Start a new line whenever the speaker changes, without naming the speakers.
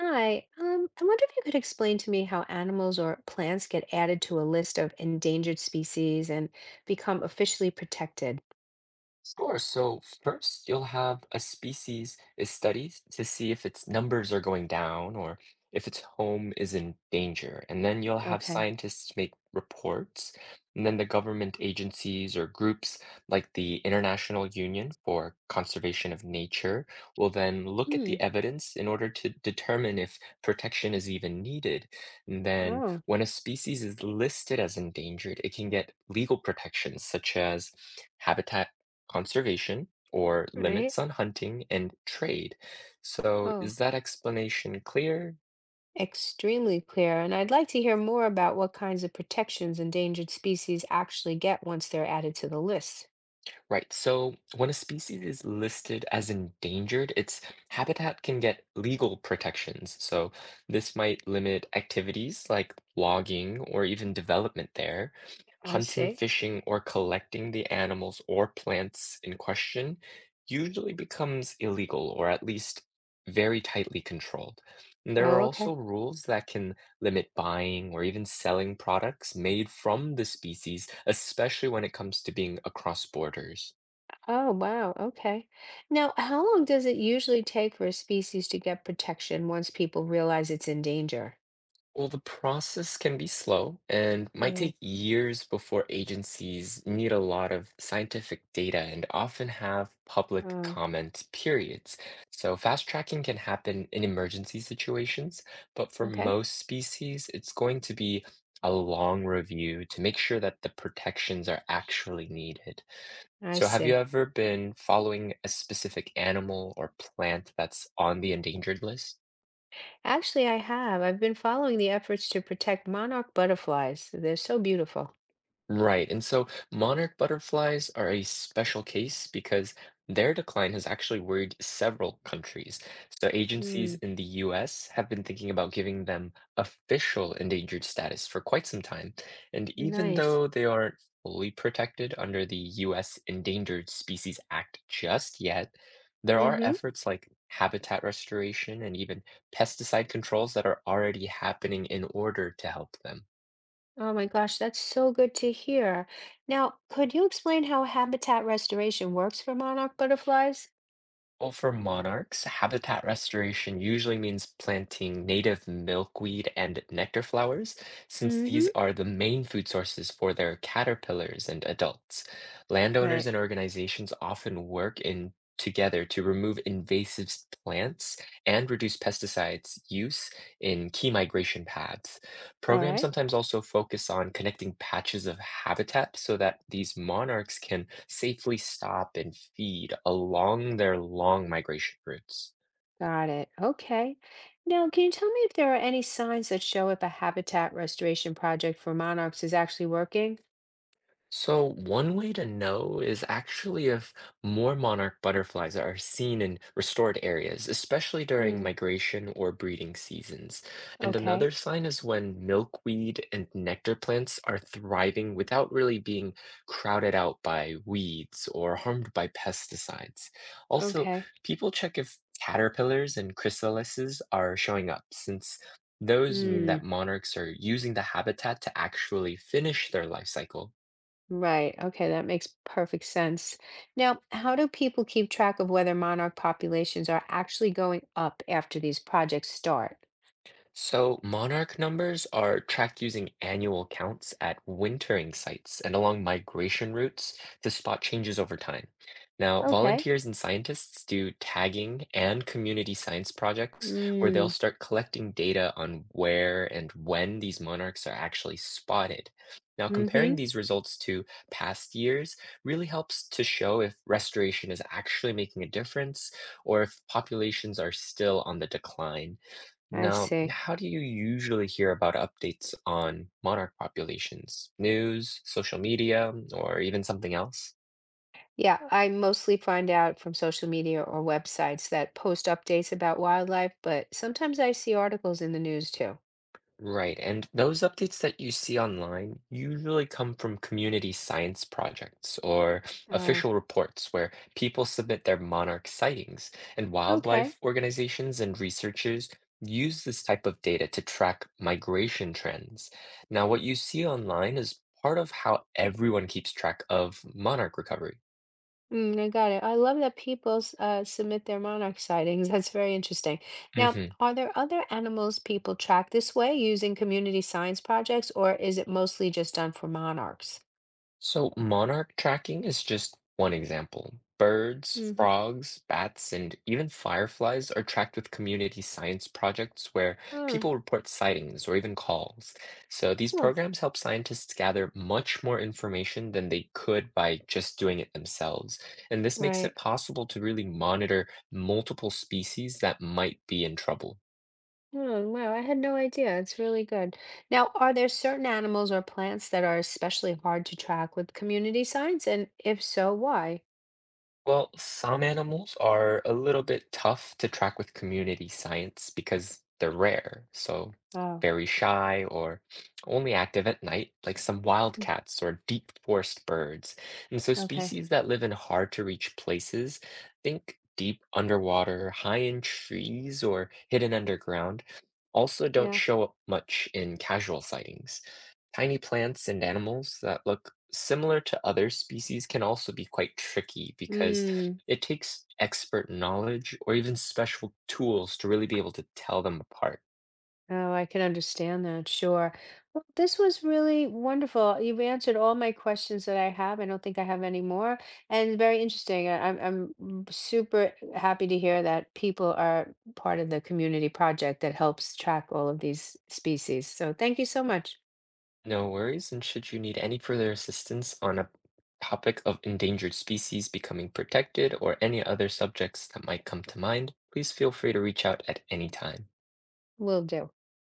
Hi, I wonder if you could explain to me how animals or plants get added to a list of endangered species and become officially protected.
Sure. So first, you'll have a species is studied to see if its numbers are going down or if its home is in danger. And then you'll have
Okay.
scientists make reports. And then the government agencies or groups like the International Union for Conservation of Nature will then look at
Hmm.
the evidence in order to determine if protection is even needed. And then
Oh,
when a species is listed as endangered, it can get legal protections such as habitat conservation or
right.
limits on hunting and trade. So,
Oh,
is that explanation clear?
extremely clear. And I'd like to hear more about what kinds of protections endangered species actually get once they're added to the list.
Right. So, when a species is listed as endangered, its habitat can get legal protections. So, this might limit activities like logging or even development there.
I
Hunting,
see.
fishing, or collecting the animals or plants in question usually becomes illegal or at least very tightly controlled. And there are
Oh,
also
okay.
rules that can limit buying or even selling products made from the species, especially when it comes to being across borders.
Oh, wow. Okay. Now, how long does it usually take for a species to get protection once people realize it's in danger?
Well, the process can be slow and might
Oh,
take years before agencies need a lot of scientific data and often have public
oh,
comment periods. So, fast tracking can happen in emergency situations, but for
okay.
most species, it's going to be a long review to make sure that the protections are actually needed.
I
So have you
see.
ever been following a specific animal or plant that's on the endangered list?
Actually, I have. I've been following the efforts to protect monarch butterflies. They're so beautiful.
Right. And so monarch butterflies are a special case because their decline has actually worried several countries. So agencies
Mm,
in the US have been thinking about giving them official endangered status for quite some time. And even
nice.
though they aren't fully protected under the US Endangered Species Act just yet, there are
Mm-hmm.
efforts like habitat restoration and even pesticide controls that are already happening in order to help them.
Oh my gosh, that's so good to hear. Now, could you explain how habitat restoration works for monarch butterflies?
Well, for monarchs, habitat restoration usually means planting native milkweed and nectar flowers, since
Mm-hmm.
these are the main food sources for their caterpillars and adults. Landowners
Right.
and organizations often work in together to remove plants and reduce pesticides use in key migration paths.
All
Programs
right.
sometimes also focus on connecting patches of habitat so that these monarchs can safely stop and feed along their long migration routes.
Got it. Okay. Now, can you tell me if there are any signs that show if a habitat restoration project for monarchs is actually working?
So, one way to know is actually if more monarch butterflies are seen in restored areas, especially during
Mm,
migration or breeding seasons. And another
okay.
sign is when milkweed and nectar plants are thriving without really being crowded out by weeds or harmed by pesticides. Also,
Okay.
people check if caterpillars and chrysalises are showing up, since those mean that
Hmm.
monarchs are using the habitat to actually finish their life cycle.
Right. Okay, that makes perfect sense. Now, how do people keep track of whether monarch populations are actually going up after these projects start?
So monarch numbers are tracked using annual counts at wintering sites and along migration routes to spot changes over time. Now,
Okay.
volunteers and scientists do tagging and community science projects where they'll
Mm,
start collecting data on where and when these monarchs are actually spotted. Now, comparing
mm-hmm.
these results to past years really helps to show if restoration is actually making a difference or if populations are still on the decline.
I
Now,
see.
how do you usually hear about updates on monarch populations? News, social media, or even something else?
Yeah, I mostly find out from social media or websites that post updates about wildlife, but sometimes I see articles in the news too.
Right, and those updates that you see online usually come from community science projects or
Oh,
official reports where people submit their monarch sightings, and
okay.
wildlife organizations and researchers use this type of data to track migration trends. Now, what you see online is part of how everyone keeps track of monarch recovery.
Mm, I got it. I love that submit their monarch sightings. That's very interesting. Now,
hmm
are there other animals people track this way using community science projects, or is it mostly just done for monarchs?
So, monarch tracking is just one example. Birds,
Mm-hmm.
frogs, bats, and even fireflies are tracked with community science projects where
Oh,
people report sightings or even calls. So, these
cool.
programs help scientists gather much more information than they could by just doing it themselves. And this makes
Right.
it possible to really monitor multiple species that might be in trouble.
Oh, wow. I had no idea. It's really good. Now, are there certain animals or plants that are especially hard to track with community science? And if so, why?
Well, some animals are a little bit tough to track with community science because they're rare, so
Oh,
very shy or only active at night, like some wild cats or deep forest birds. And so
okay.
species that live in hard to reach places, think deep underwater, high in trees, or hidden underground, also don't
Yeah.
show up much in casual sightings. Tiny plants and animals that look similar to other species can also be quite tricky because
Mm.
it takes expert knowledge or even special tools to really be able to tell them apart.
Oh, I can understand that. Sure. Well, this was really wonderful. You've answered all my questions that I have. I don't think I have any more. And very interesting. Super happy to hear that people are part of the community project that helps track all of these species. So thank you so much.
No worries, and should you need any further assistance on a topic of endangered species becoming protected or any other subjects that might come to mind, please feel free to reach out at any time.
Will do.